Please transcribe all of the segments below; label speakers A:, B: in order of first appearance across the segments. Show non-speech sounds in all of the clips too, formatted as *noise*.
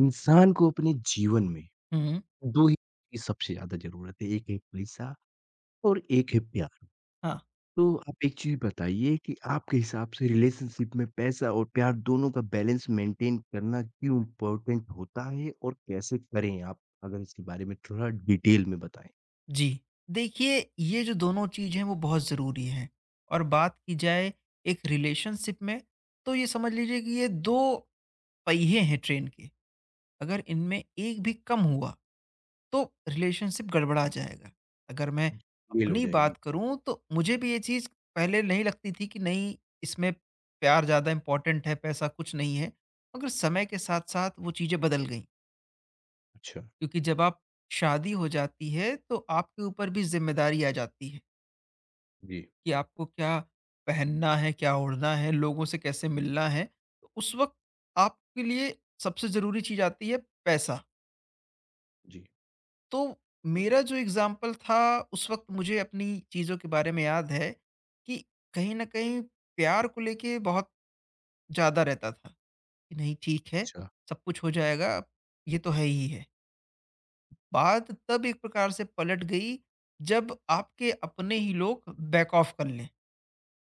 A: इंसान को अपने जीवन में
B: हुँ।
A: 2 ही की सबसे ज़्यादा ज़रूरत है, एक है पैसा और एक है प्यार।
B: हाँ,
A: तो आप एक चीज़ बताइए कि आपके हिसाब से रिलेशनशिप में पैसा और प्यार दोनों का बैलेंस मेंटेन करना क्यों इम्पोर्टेंट होता है और कैसे करें आप? अगर इसके बारे में थोड़ा डिटेल में बताएँ।
B: जी। देखिए, ये जो दोनों चीज़ हैं वो बहुत ज़रूरी हैं और बात की जाए एक रिलेशनशिप में तो ये समझ लीजिए कि ये 2 पहिए हैं ट्रेन के। अगर इनमें एक भी कम हुआ तो रिलेशनशिप गड़बड़ा जाएगा। अगर मैं
A: मेल हो
B: अपनी
A: जाएगी।
B: बात करूँ तो मुझे भी ये चीज़ पहले नहीं लगती थी कि नहीं, इसमें प्यार ज़्यादा इम्पोर्टेंट है, पैसा कुछ नहीं है, मगर समय के साथ-साथ वो चीज़ें बदल गई।
A: अच्छा,
B: क्योंकि जब आप शादी हो जाती है तो आपके ऊपर भी जिम्मेदारी आ जाती है
A: जी,
B: कि आपको क्या पहनना है, क्या ओढ़ना है, लोगों से कैसे मिलना है। तो उस वक्त आपके लिए सबसे ज़रूरी चीज़ आती है पैसा।
A: जी।
B: तो मेरा जो एग्ज़ाम्पल था, उस वक्त मुझे अपनी चीज़ों के बारे में याद है कि कहीं ना कहीं प्यार को लेके बहुत ज़्यादा रहता था कि नहीं ठीक है,
A: अच्छा।
B: सब कुछ हो जाएगा, ये तो है ही है। बात तब एक प्रकार से पलट गई जब आपके अपने ही लोग बैक ऑफ कर लें।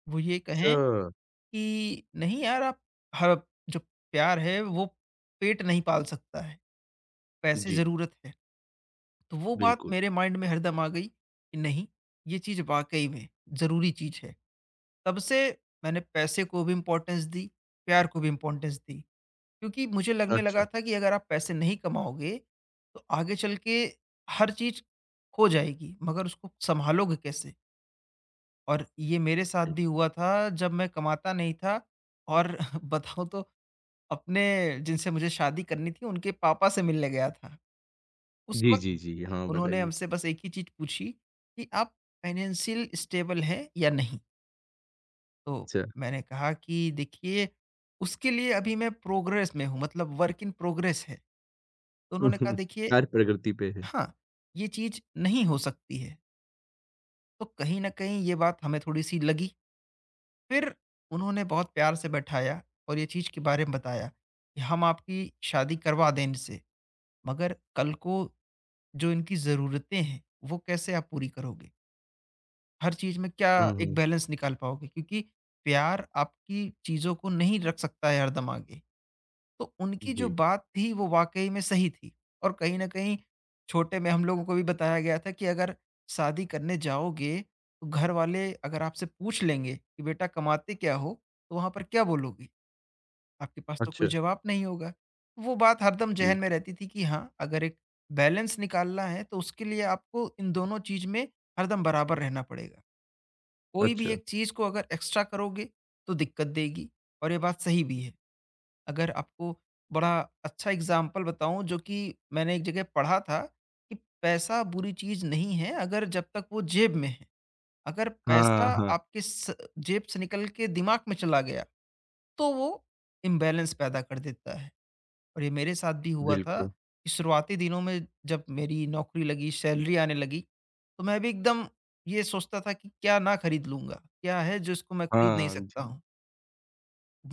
B: वो ये कहें
A: अच्छा,
B: कि नहीं यार, आप ह जो प्यार है वो पेट नहीं पाल सकता है, पैसे
A: जी,
B: ज़रूरत है। तो वो बात
A: बिल्कुल।
B: मेरे माइंड में हरदम आ गई कि नहीं, ये चीज़ वाक़ई में ज़रूरी चीज़ है। तब से मैंने पैसे को भी इम्पोर्टेंस दी, प्यार को भी इम्पोर्टेंस दी। क्योंकि मुझे लगने
A: अच्छा,
B: लगा था कि अगर आप पैसे नहीं कमाओगे तो आगे चल के हर चीज़ हो जाएगी, मगर उसको सँभालोगे कैसे? और ये मेरे साथ
A: हाँ
B: भी
A: जी।
B: हुआ था जब मैं कमाता नहीं था और *laughs* बताऊँ तो अपने जिनसे मुझे शादी करनी थी उनके पापा से मिलने गया था। उस
A: जी,
B: वक़्त
A: जी, जी, हाँ
B: उन्होंने
A: बताइए।
B: हमसे बस एक ही चीज़ पूछी कि आप फाइनेंशियल स्टेबल हैं या नहीं? तो
A: अच्छा,
B: मैंने कहा कि देखिए, उसके लिए अभी मैं प्रोग्रेस में हूँ, मतलब वर्क इन प्रोग्रेस है। तो उन्होंने कहा
A: *laughs*
B: देखिए,
A: कार्य प्रकृति पे है।
B: हाँ, ये चीज़ नहीं हो सकती है। तो कहीं न कहीं ये बात हमें थोड़ी-सी लगी। फिर उन्होंने बहुत प्यार से बैठाया और ये चीज़ के बारे में बताया कि हम आपकी शादी करवा दें इनसे, मगर कल को जो इनकी ज़रूरतें हैं, वो कैसे आप पूरी करोगे? हर चीज़ में क्या
A: हुँ,
B: एक
A: हुँ,
B: बैलेंस निकाल पाओगे? क्योंकि प्यार आपकी चीज़ों को नहीं रख सकता है हरदम आगे। तो उनकी जो
A: जी,
B: बात थी वो वाक़ई में सही थी और कहीं न कहीं छोटे में हम लोगों को भी बताया गया था कि अगर शादी करने जाओगे, तो घरवाले अगर आपसे पूछ लेंगे कि बेटा कमाते क्या हो? तो वहाँ पर क्या बोलोगे? आपके पास तो कोई
A: अच्छा।
B: जवाब नहीं होगा। वो बात हरदम
A: जी,
B: ज़हन में रहती थी कि हाँ, अगर एक बैलेंस निकालना है तो उसके लिए आपको इन दोनों चीज़ में हरदम बराबर रहना पड़ेगा। कोई भी
A: अच्छा।
B: एक चीज़ को अगर एक्स्ट्रा करोगे, तो दिक्कत देगी और ये बात सही भी है। अगर आपको बड़ा अच्छा एग्ज़ाम्पल बताऊँ, जो कि मैंने एक जगह पढ़ा था कि पैसा बुरी चीज़ नहीं है अगर जब तक वो जेब में है। अगर पैसा
A: हाँ, हाँ,
B: आपके स जेब से निकल के दिमाग में चला गया, तो वो इम्बैलेंस पैदा कर देता है। और ये मेरे साथ भी हुआ था
A: बिल्कुल।
B: कि शुरुआती दिनों में जब मेरी नौकरी लगी, सैलरी आने लगी, तो मैं भी एकदम ये सोचता था कि क्या ना खरीद लूँगा? क्या है जो इसको मैं खरीद नहीं
A: हाँ,
B: सकता
A: जी,
B: हूँ?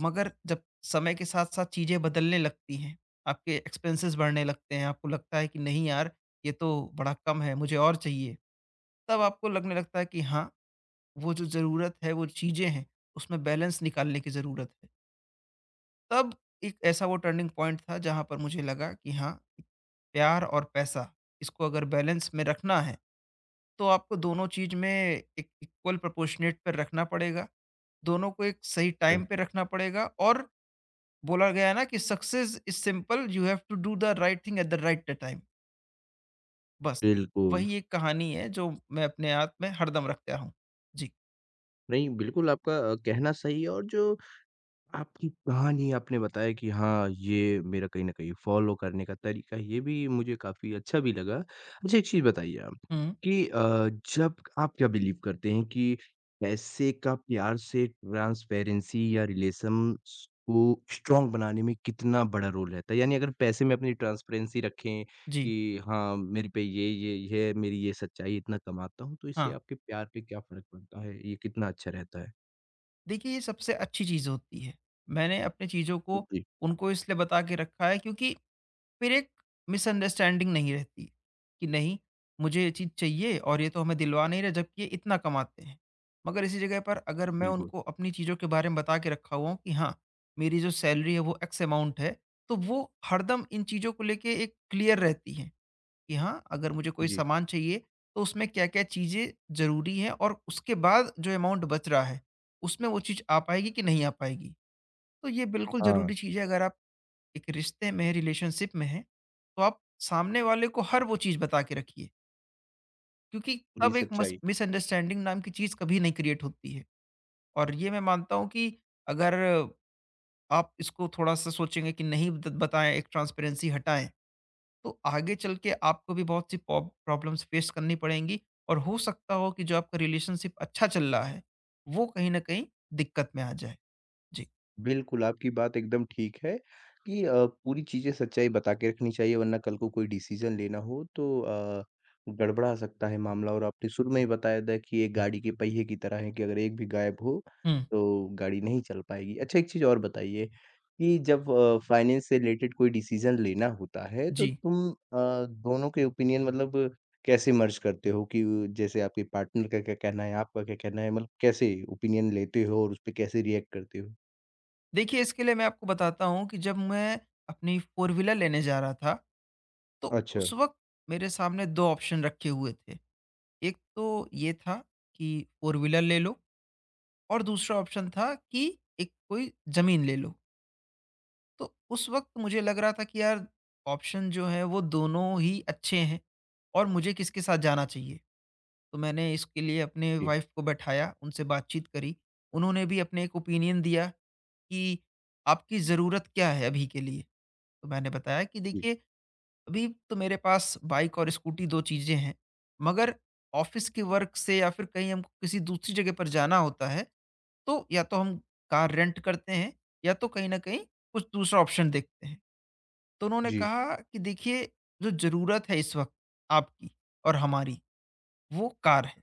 B: मगर जब समय के साथ साथ चीज़ें बदलने लगती हैं, आपके एक्सपेंसेस बढ़ने लगते हैं, आपको लगता है कि नहीं यार, ये तो बड़ा कम है, मुझे और चाहिए। तब आपको लगने लगता है कि हाँ, वो जो ज़रूरत है, वो चीज़ें हैं, उसमें बैलेंस निकालने की ज़रूरत है। तब एक ऐसा वो टर्निंग पॉइंट था जहाँ पर मुझे लगा कि हाँ, प्यार और पैसा, इसको अगर बैलेंस में रखना है, तो आपको दोनों चीज़ में एक इक्वल प्रोपोर्शनेट पे रखना पड़ेगा। दोनों को एक सही
A: अच्छा,
B: टाइम पे रखना पड़ेगा और बोला गया है ना कि success is simple, you have to do the right thing at the right time. बस
A: बिल्कुल।
B: वही एक कहानी है जो मैं अपने आप में हरदम रखता हूँ। जी।
A: नहीं, बिल्कुल आपका कहना सही है और जो आपकी कहानी आपने बताया कि हाँ, ये मेरा कहीं न कहीं फ़ॉलो करने का तरीका है, ये भी मुझे काफ़ी अच्छा भी लगा। मुझे एक चीज़ बताइए आप
B: हुँ,
A: कि जब आप क्या बिलीव करते हैं कि पैसे का प्यार से ट्रांसपेरेंसी या रिलेशंस को स्ट्रॉन्ग बनाने में कितना बड़ा रोल रहता है? यानी अगर पैसे में अपनी ट्रांसपेरेंसी रखें कि
B: जी।
A: हाँ, मेरे पे ये, है, मेरी ये सच्चाई इतना कमाता हूँ, तो इससे
B: हाँ,
A: आपके प्यार पे क्या फ़र्क पड़ता है? ये कितना अच्छा रहता है?
B: देखिए ये सबसे अच्छी चीज़ होती है। मैंने अपनी चीज़ों को,
A: जी,
B: उनको इसलिए बता के रखा है, क्योंकि फिर एक मिसअंडरस्टैंडिंग नहीं रहती कि नहीं मुझे ये चीज़ चाहिए और ये तो हमें दिलवा नहीं रहे जबकि ये इतना कमाते हैं। मगर इसी जगह पर अगर मैं
A: बिल्कुल।
B: उनको अपनी चीज़ों के बारे में बता के रखा हुआ हूँ कि हाँ, मेरी जो सैलरी है वो एक्स अमाउंट है, तो वो हरदम इन चीज़ों को लेके एक क्लियर रहती हैं कि हाँ, अगर मुझे कोई
A: जी,
B: सामान चाहिए तो उसमें क्या क्या चीज़ें ज़रूरी हैं और उसके बाद जो अमाउंट बच रहा है, उसमें वो चीज़ आ पाएगी कि नहीं आ पाएगी। तो ये बिल्कुल
A: हाँ।
B: ज़रूरी चीज़ है, अगर आप एक रिश्ते में है, रिलेशनशिप में है, तो आप सामने वाले को हर वो चीज़ बता के रखिए, क्योंकि
A: पूरी
B: तब एक मस
A: सच्चाई।
B: मिसअंडरस्टैंडिंग नाम की चीज़ कभी नहीं क्रिएट होती है। और ये मैं मानता हूँ कि अगर आप इसको थोड़ा-सा सोचेंगे कि नहीं द बताएँ, एक ट्रांसपेरेंसी हटाएँ, तो आगे चल के आपको भी बहुत सी पॉब प्रॉब्लम्स फेस करनी पड़ेंगी और हो सकता हो कि जो आपका रिलेशनशिप अच्छा चल रहा है, वो कहीं न कहीं दिक्कत में आ जाए। जी।
A: बिल्कुल, आपकी बात एकदम ठीक है कि पूरी चीज़ें सच्चाई बता के रखनी चाहिए वरना कल को कोई डिसीज़न लेना हो तो गड़बड़ा सकता है मामला और आपने शुरू में ही बताया था कि ये गाड़ी के पहिए की तरह है कि अगर एक भी गायब हो,
B: हुँ।
A: तो गाड़ी नहीं चल पाएगी। अच्छा एक चीज़ और बताइए कि जब फाइनेंस से रिलेटेड कोई डिसीज़न लेना होता है तो
B: जी।
A: तुम दोनों के ओपिनियन मतलब कैसे मर्ज करते हो कि जैसे आपके पार्टनर का क्या कहना है, आपका क्या कहना है? मतलब कैसे ओपिनियन लेते हो और उसपे कैसे रिएक्ट करते हो?
B: देखिए, इसके लिए मैं आपको बताता हूँ कि जब मैं अपनी फ़ोर व्हीलर लेने जा रहा था, तो
A: अच्छा,
B: उस वक़्त मेरे सामने 2 ऑप्शन रखे हुए थे। एक तो ये था कि फ़ोर व्हीलर ले लो और दूसरा ऑप्शन था कि एक कोई ज़मीन ले लो। तो उस वक़्त मुझे लग रहा था कि यार ऑप्शन जो हैं वो दोनों ही अच्छे हैं और मुझे किसके साथ जाना चाहिए? तो मैंने इसके लिए अपने
A: जी,
B: वाइफ़ को बैठाया, उनसे बातचीत करी। उन्होंने भी अपने एक ओपिनियन दिया कि आपकी ज़रूरत क्या है अभी के लिए? तो मैंने बताया कि
A: जी,
B: देखिए, अभी तो मेरे पास बाइक और स्कूटी 2 चीज़ें हैं, मगर ऑफ़िस के वर्क से या फिर कहीं हमको किसी दूसरी जगह पर जाना होता है, तो या तो हम कार रेंट करते हैं या तो कहीं न कहीं कुछ दूसरा ऑप्शन देखते हैं। तो उन्होंने
A: जी,
B: कहा कि देखिए, जो ज़रूरत है इस वक़्त आपकी और हमारी, वो कार है।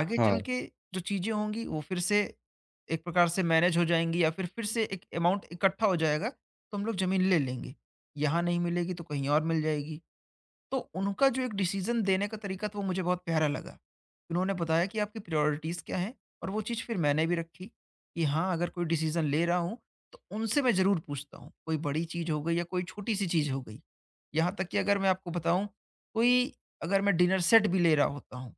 B: आगे
A: हाँ,
B: चल के जो चीज़ें होंगी वो फिर से एक प्रकार से मैनेज हो जाएँगी या फिर से एक अमाउंट इकट्ठा हो जाएगा, तो हम लोग ज़मीन ले लेंगे। यहाँ नहीं मिलेगी तो कहीं और मिल जाएगी। तो उनका जो एक डिसीज़न देने का तरीका था वो मुझे बहुत प्यारा लगा। उन्होंने बताया कि आपकी प्रायोरिटीज़ क्या हैं और वो चीज़ फिर मैंने भी रखी कि हाँ, अगर कोई डिसीज़न ले रहा हूँ तो उनसे मैं ज़रूर पूछता हूँ। कोई बड़ी चीज़ हो गई या कोई छोटी-सी चीज़ हो गई। यहाँ तक कि अगर मैं आपको बताऊँ, कोई, अगर मैं डिनर सेट भी ले रहा होता हूँ,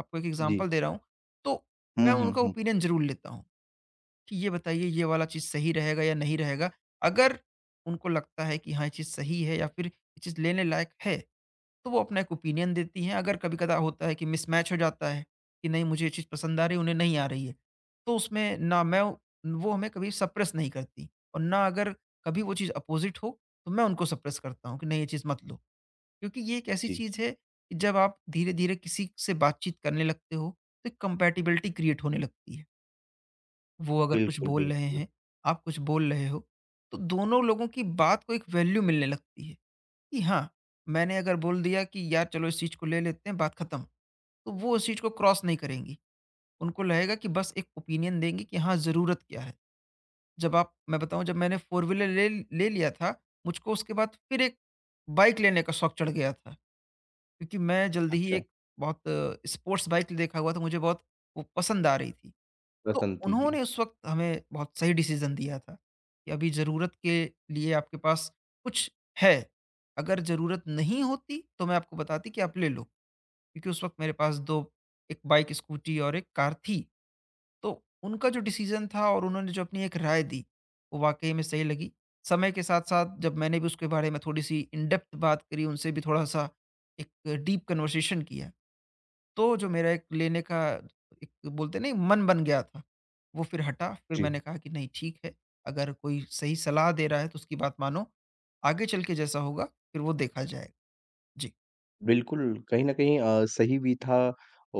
B: आपको एक
A: जी।
B: एग्जांपल दे रहा हूँ, तो
A: हुँ,
B: मैं
A: हुँ,
B: उनका
A: हुँ।
B: ओपिनियन ज़रूर लेता हूँ, कि ये बताइए ये वाला चीज़ सही रहेगा या नहीं रहेगा। अगर उनको लगता है कि हाँ, ये चीज़ सही है या फिर ये चीज़ लेने लायक है, तो वो अपना एक ओपिनियन देती हैं। अगर कभी-कदा होता है कि मिसमैच हो जाता है, कि नहीं मुझे ये चीज़ पसंद आ रही है, उन्हें नहीं आ रही है, तो उसमें ना मैं, वो हमें कभी सप्रेस नहीं करती और ना अगर कभी वो चीज़ अपोज़िट हो, तो मैं उनको सप्रेस करता हूँ कि नहीं ये चीज़ मत लो। क्योंकि ये एक ऐसी
A: जी,
B: चीज़ है कि जब आप धीरे-धीरे किसी से बातचीत करने लगते हो, तो एक कंपैटिबिलिटी क्रिएट होने लगती है। वो अगर कुछ
A: बिल्कुल,
B: बोल रहे
A: बिल्कुल।
B: हैं, आप कुछ बोल रहे हो, तो दोनों लोगों की बात को एक वैल्यू मिलने लगती है कि हाँ, मैंने अगर बोल दिया कि यार चलो इस चीज़ को ले लेते हैं, बात खत्म। तो वो उस चीज़ को क्रॉस नहीं करेंगी। उनको लगेगा कि बस एक ओपिनियन देंगी कि हाँ, ज़रूरत क्या है? जब आप मैं बताऊँ जब मैंने फोर व्हीलर ले ले लिया था, मुझको उसके बाद फिर एक बाइक लेने का शौक चढ़ गया था। क्योंकि मैं जल्दी ही
A: अच्छा,
B: एक बहुत स्पोर्ट्स बाइक देखा हुआ था, मुझे बहुत वो पसंद आ रही थी। तो
A: बसंती जी,
B: उन्होंने उस वक़्त हमें बहुत सही डिसीज़न दिया था कि अभी ज़रूरत के लिए आपके पास कुछ है, अगर ज़रूरत नहीं होती तो मैं आपको बताती कि आप ले लो। क्योंकि उस वक़्त मेरे पास 2 एक बाइक, स्कूटी और एक कार थी। तो उनका जो डिसीजन था और उन्होंने जो अपनी एक राय दी, वो वाक़ई में सही लगी। समय के साथ-साथ जब मैंने भी उसके बारे में थोड़ी-सी इन डेप्थ बात करी, उनसे भी थोड़ा-सा एक डीप कन्वर्सेशन किया, तो जो मेरा एक लेने का एक बोलते हैं ना, एक मन बन गया था, वो फिर हटा। फिर
A: जी।
B: मैंने कहा कि नहीं ठीक है, अगर कोई सही सलाह दे रहा है तो उसकी बात मानो। आगे चल के जैसा होगा, फिर वो देखा जाएगा। जी,
A: बिल्कुल, कहीं न कहीं सही भी था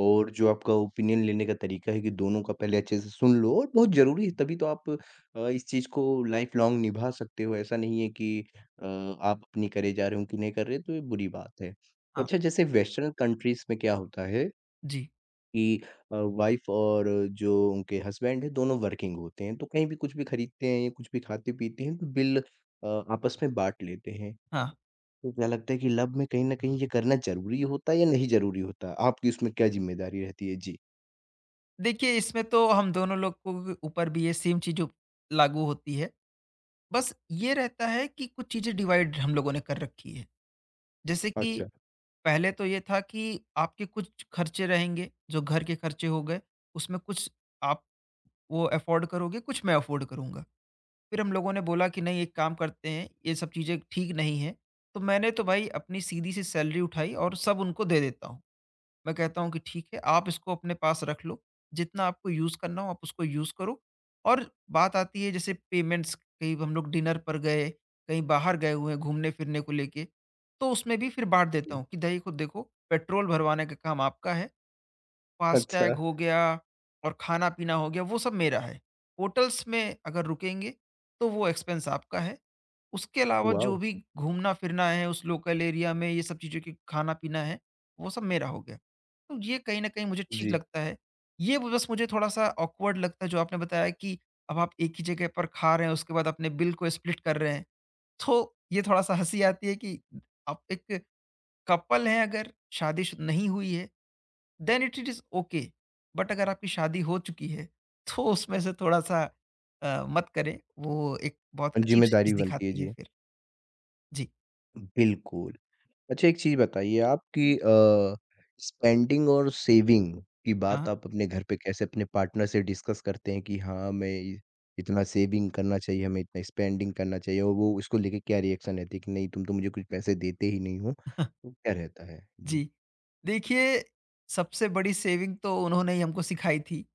A: और जो आपका ओपिनियन लेने का तरीका है कि दोनों का पहले अच्छे से सुन लो और बहुत ज़रूरी है तभी तो आप इस चीज़ को लाइफ़ लॉन्ग निभा सकते हो। ऐसा नहीं है कि आप अपनी करे जा रहे हो, उनकी नहीं कर रहे, तो ये बुरी बात है।
B: हाँ,
A: अच्छा, जैसे वेस्टर्न कंट्रीज़ में क्या होता है
B: जी,
A: कि वाइफ और जो उनके हस्बैंड हैं दोनों वर्किंग होते हैं, तो कहीं भी कुछ भी खरीदते हैं या कुछ भी खाते-पीते हैं तो बिल आपस में बाँट लेते हैं।
B: हाँ।
A: तो क्या लगता है कि लव में कहीं न कहीं ये करना ज़रूरी होता है या नहीं ज़रूरी होता? आपकी उसमें क्या ज़िम्मेदारी रहती है? जी।
B: देखिए, इसमें तो हम दोनों लोग को ऊपर भी ये सेम चीज़ जो लागू होती है। बस ये रहता है कि कुछ चीज़ें डिवाइड हम लोगों ने कर रखी है। जैसे कि
A: अच्छा।
B: पहले तो ये था कि आपके कुछ खर्चे रहेंगे, जो घर के खर्चे हो गए, उसमें कुछ आप वो अफ़ोर्ड करोगे, कुछ मैं अफ़ोर्ड करूँगा। फिर हम लोगों ने बोला कि नहीं, एक काम करते हैं, ये सब चीज़ें ठीक नहीं है, तो मैंने तो भाई अपनी सीधी-सी सैलरी उठाई और सब उनको दे देता हूँ। मैं कहता हूँ कि ठीक है, आप इसको अपने पास रख लो, जितना आपको यूज़ करना हो आप उसको यूज़ करो। और बात आती है जैसे पेमेंट्स, कहीं हम लोग डिनर पर गए, कहीं बाहर गए हुए हैं घूमने-फिरने को लेके, तो उसमें भी फिर बाँट देता
A: जी।
B: हूँ कि दही को देखो, पेट्रोल भरवाने का काम आपका है,
A: अच्छा।
B: फ़ास्टैग हो गया और खाना-पीना हो गया वो सब मेरा है। होटल्स में अगर रुकेंगे, तो वो एक्सपेंस आपका है। उसके अलावा जो
A: वॉव!
B: भी घूमना-फिरना है उस लोकल एरिया में, ये सब चीज़ें कि खाना-पीना है, वो सब मेरा हो गया। तो ये कहीं न कहीं मुझे ठीक
A: जी।
B: लगता है। ये ब बस मुझे थोड़ा-सा ऑकवर्ड लगता है जो आपने बताया कि अब आप एक ही जगह पर खा रहे हैं, उसके बाद अपने बिल को स्प्लिट कर रहे हैं। तो ये थोड़ा-सा हँसी आती है कि आप एक कपल हैं अगर, शादी श नहीं हुई है, then it it is okay. But अगर आपकी शादी हो चुकी है, तो उसमें से थोड़ा-सा मत करें। वो एक बहुत अजीब-सी
A: ज़िम्मेदारी
B: चीज़
A: बनती है,
B: दिखाती है
A: जी।
B: फिर। जी।
A: बिल्कुल। अच्छा एक चीज़ बताइए आप कि स्पेंडिंग और सेविंग की
B: हाँ,
A: बात आप अपने घर पे कैसे अपने पार्टनर से डिस्कस करते हैं कि हाँ, हमें इ इतना सेविंग करना चाहिए, हमें इतना स्पेंडिंग करना चाहिए और वो उसको लेके क्या रिएक्शन रहती है कि नहीं तुम तो मुझे कुछ पैसे देते ही नहीं हो, तो
B: *laughs*
A: क्या रहता है? जी।
B: जी। देखिए, सबसे बड़ी सेविंग तो उन्होंने ही हमको सिखाई थी।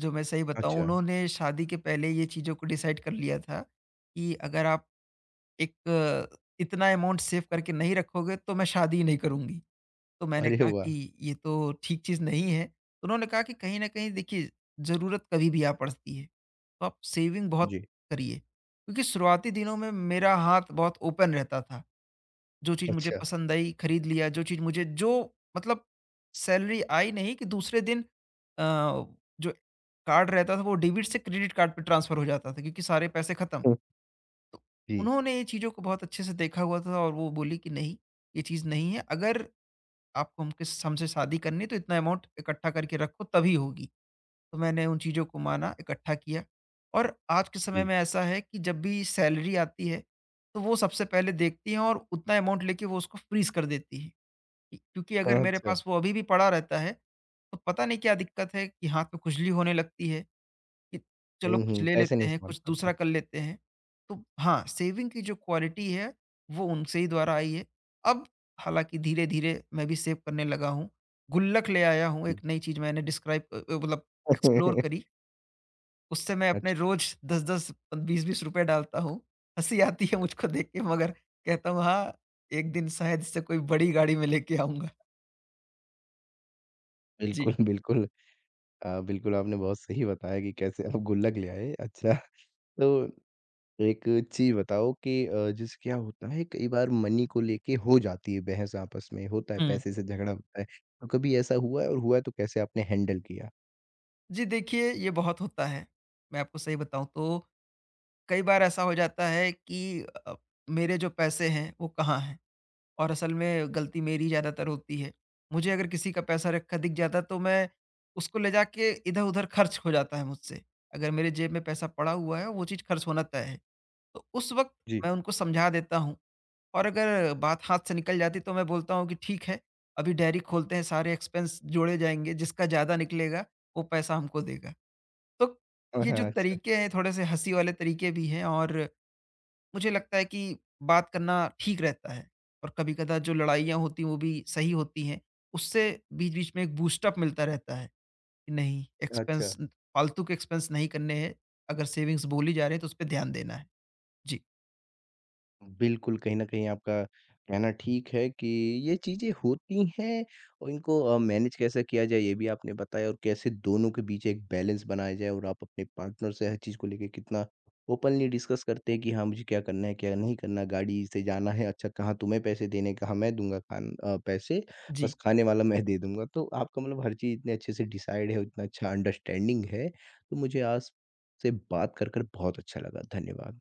B: जो मैं सही बताऊँ,
A: अच्छा,
B: उन्होंने शादी के पहले ये चीज़ों को डिसाइड कर लिया था कि अगर आप इतना अमाउंट सेव करके नहीं रखोगे तो मैं शादी ही नहीं करूँगी। तो मैंने
A: अरे
B: कहा कि
A: वाह!
B: ये तो ठीक चीज़ नहीं है। तो उन्होंने कहा कि कहीं न कहीं देखिए, ज़रूरत कभी भी आ पड़ती है। तो आप सेविंग बहुत
A: जी,
B: करिए। क्योंकि शुरुआती दिनों में मेरा हाथ बहुत ओपन रहता था। जो चीज़ मुझे
A: अच्छा।
B: पसंद आई खरीद लिया, जो चीज़ मुझे जो मतलब सैलरी आई नहीं कि दूसरे दिन अ, जो कार्ड रहता था वो डेबिट से क्रेडिट कार्ड पे ट्रांसफ़र हो जाता था, क्योंकि सारे पैसे ख़त्म।
A: हुँ,
B: तो
A: जी,
B: उन्होंने ये चीज़ों को बहुत अच्छे से देखा हुआ था और वो बोली कि नहीं, ये चीज़ नहीं है, अगर आपको हमके हमसे शादी करनी है तो इतना अमाउंट इकट्ठा करके रखो तभी होगी। तो मैंने उन चीज़ों को माना, इकट्ठा किया और आज के समय
A: जी।
B: में ऐसा है कि जब भी सैलरी आती है, तो वो सबसे पहले देखती हैं और उतना अमाउंट लेके वो उसको फ्रीज़ कर देती हैं। कि क्योंकि अगर
A: हाँ,
B: मेरे
A: अच्छा।
B: पास वो अभी भी पड़ा रहता है, तो पता नहीं क्या दिक्कत है कि हाथ में खुजली होने लगती है कि चलो
A: हुँ,
B: कुछ
A: हुँ,
B: ले
A: पैसे नहीं
B: लेते हैं,
A: संभाल
B: कुछ
A: पाते।
B: दूसरा कर लेते हैं। तो हाँ, सेविंग की जो क्वालिटी है, वो उनसे ही द्वारा आई है। अब हालाँकि धीरे-धीरे मैं भी सेव करने लगा हूँ। गुल्लक ले आया हूँ,
A: जी।
B: एक नई चीज़ मैंने डिस्क्राइब मतलब एक्सप्लोर
A: *laughs*
B: करी, उससे मैं अपने
A: अच्छा,
B: रोज 10-10 20-20 रुपए डालता हूँ। हँसी आती है मुझको देख के, मगर कहता हूँ हाँ, एक दिन शायद इससे कोई बड़ी गाड़ी में लेके आऊँगा। जी।
A: बिल्कुल, बिल्कुल। बिल्कुल, आपने बहुत सही बताया कि कैसे आप गुल्लक ले आए। अच्छा, तो एक चीज़ बताओ कि जैसे क्या होता है कई बार मनी को लेके हो जाती है बहस आपस में, होता है
B: हुँ।
A: पैसे से झगड़ा होता है। तो कभी ऐसा हुआ है और हुआ है तो कैसे आपने हैंडल किया?
B: जी, देखिए ये बहुत होता है। मैं आपको सही बताऊँ तो कई बार ऐसा हो जाता है कि अ, मेरे जो पैसे हैं वो कहाँ हैं, और असल में गलती मेरी ज़्यादातर होती है। मुझे अगर किसी का पैसा रखा दिख जाता तो मैं उसको ले जाके इधर-उधर खर्च हो जाता है मुझसे। अगर मेरे जेब में पैसा पड़ा हुआ है वो चीज़ खर्च होना तय है। तो उस वक़्त
A: जी।
B: मैं उनको समझा देता हूँ, और अगर बात हाथ से निकल जाती तो मैं बोलता हूँ कि ठीक है, अभी डायरी खोलते हैं, सारे एक्सपेंस जोड़े जाएँगे, जिसका ज़्यादा निकलेगा वो पैसा हमको देगा। तो
A: हाँ,
B: ये जो
A: हाँ, अच्छा।
B: तरीके हैं थोड़े से हँसी वाले तरीके भी हैं, और मुझे लगता है कि बात करना ठीक रहता है और कभी-कदा जो लड़ाइयाँ होती हैं वो भी सही होती हैं। उससे बीच-बीच में एक बूस्ट अप मिलता रहता है कि नहीं,
A: अच्छा।
B: एक्सपेंस फालतू के एक्सपेंस नहीं करने हैं, अगर सेविंग्स बोली जा रही है तो उस पे ध्यान देना है। जी।
A: बिल्कुल, कहीं न कहीं आपका कहना ठीक है कि ये चीज़ें होती हैं और इनको मैनेज कैसे किया जाए ये भी आपने बताया और कैसे दोनों के बीच एक बैलेंस बनाया जाए और आप अपने पार्टनर से हर चीज़ को लेके कितना ओपनली डिस्कस करते हैं कि हाँ, मुझे क्या करना है, क्या नहीं करना, गाड़ी से जाना है, अच्छा कहाँ तुम्हें पैसे देने, कहाँ मैं दूँगा पैसे, बस
B: जी।
A: खाने वाला मैं दे दूँगा। तो आपका मतलब हर चीज़ इतने अच्छे से डिसाइड है, इतना अच्छा अंडरस्टैंडिंग है, तो मुझे आज से बात कर बहुत अच्छा लगा। धन्यवाद।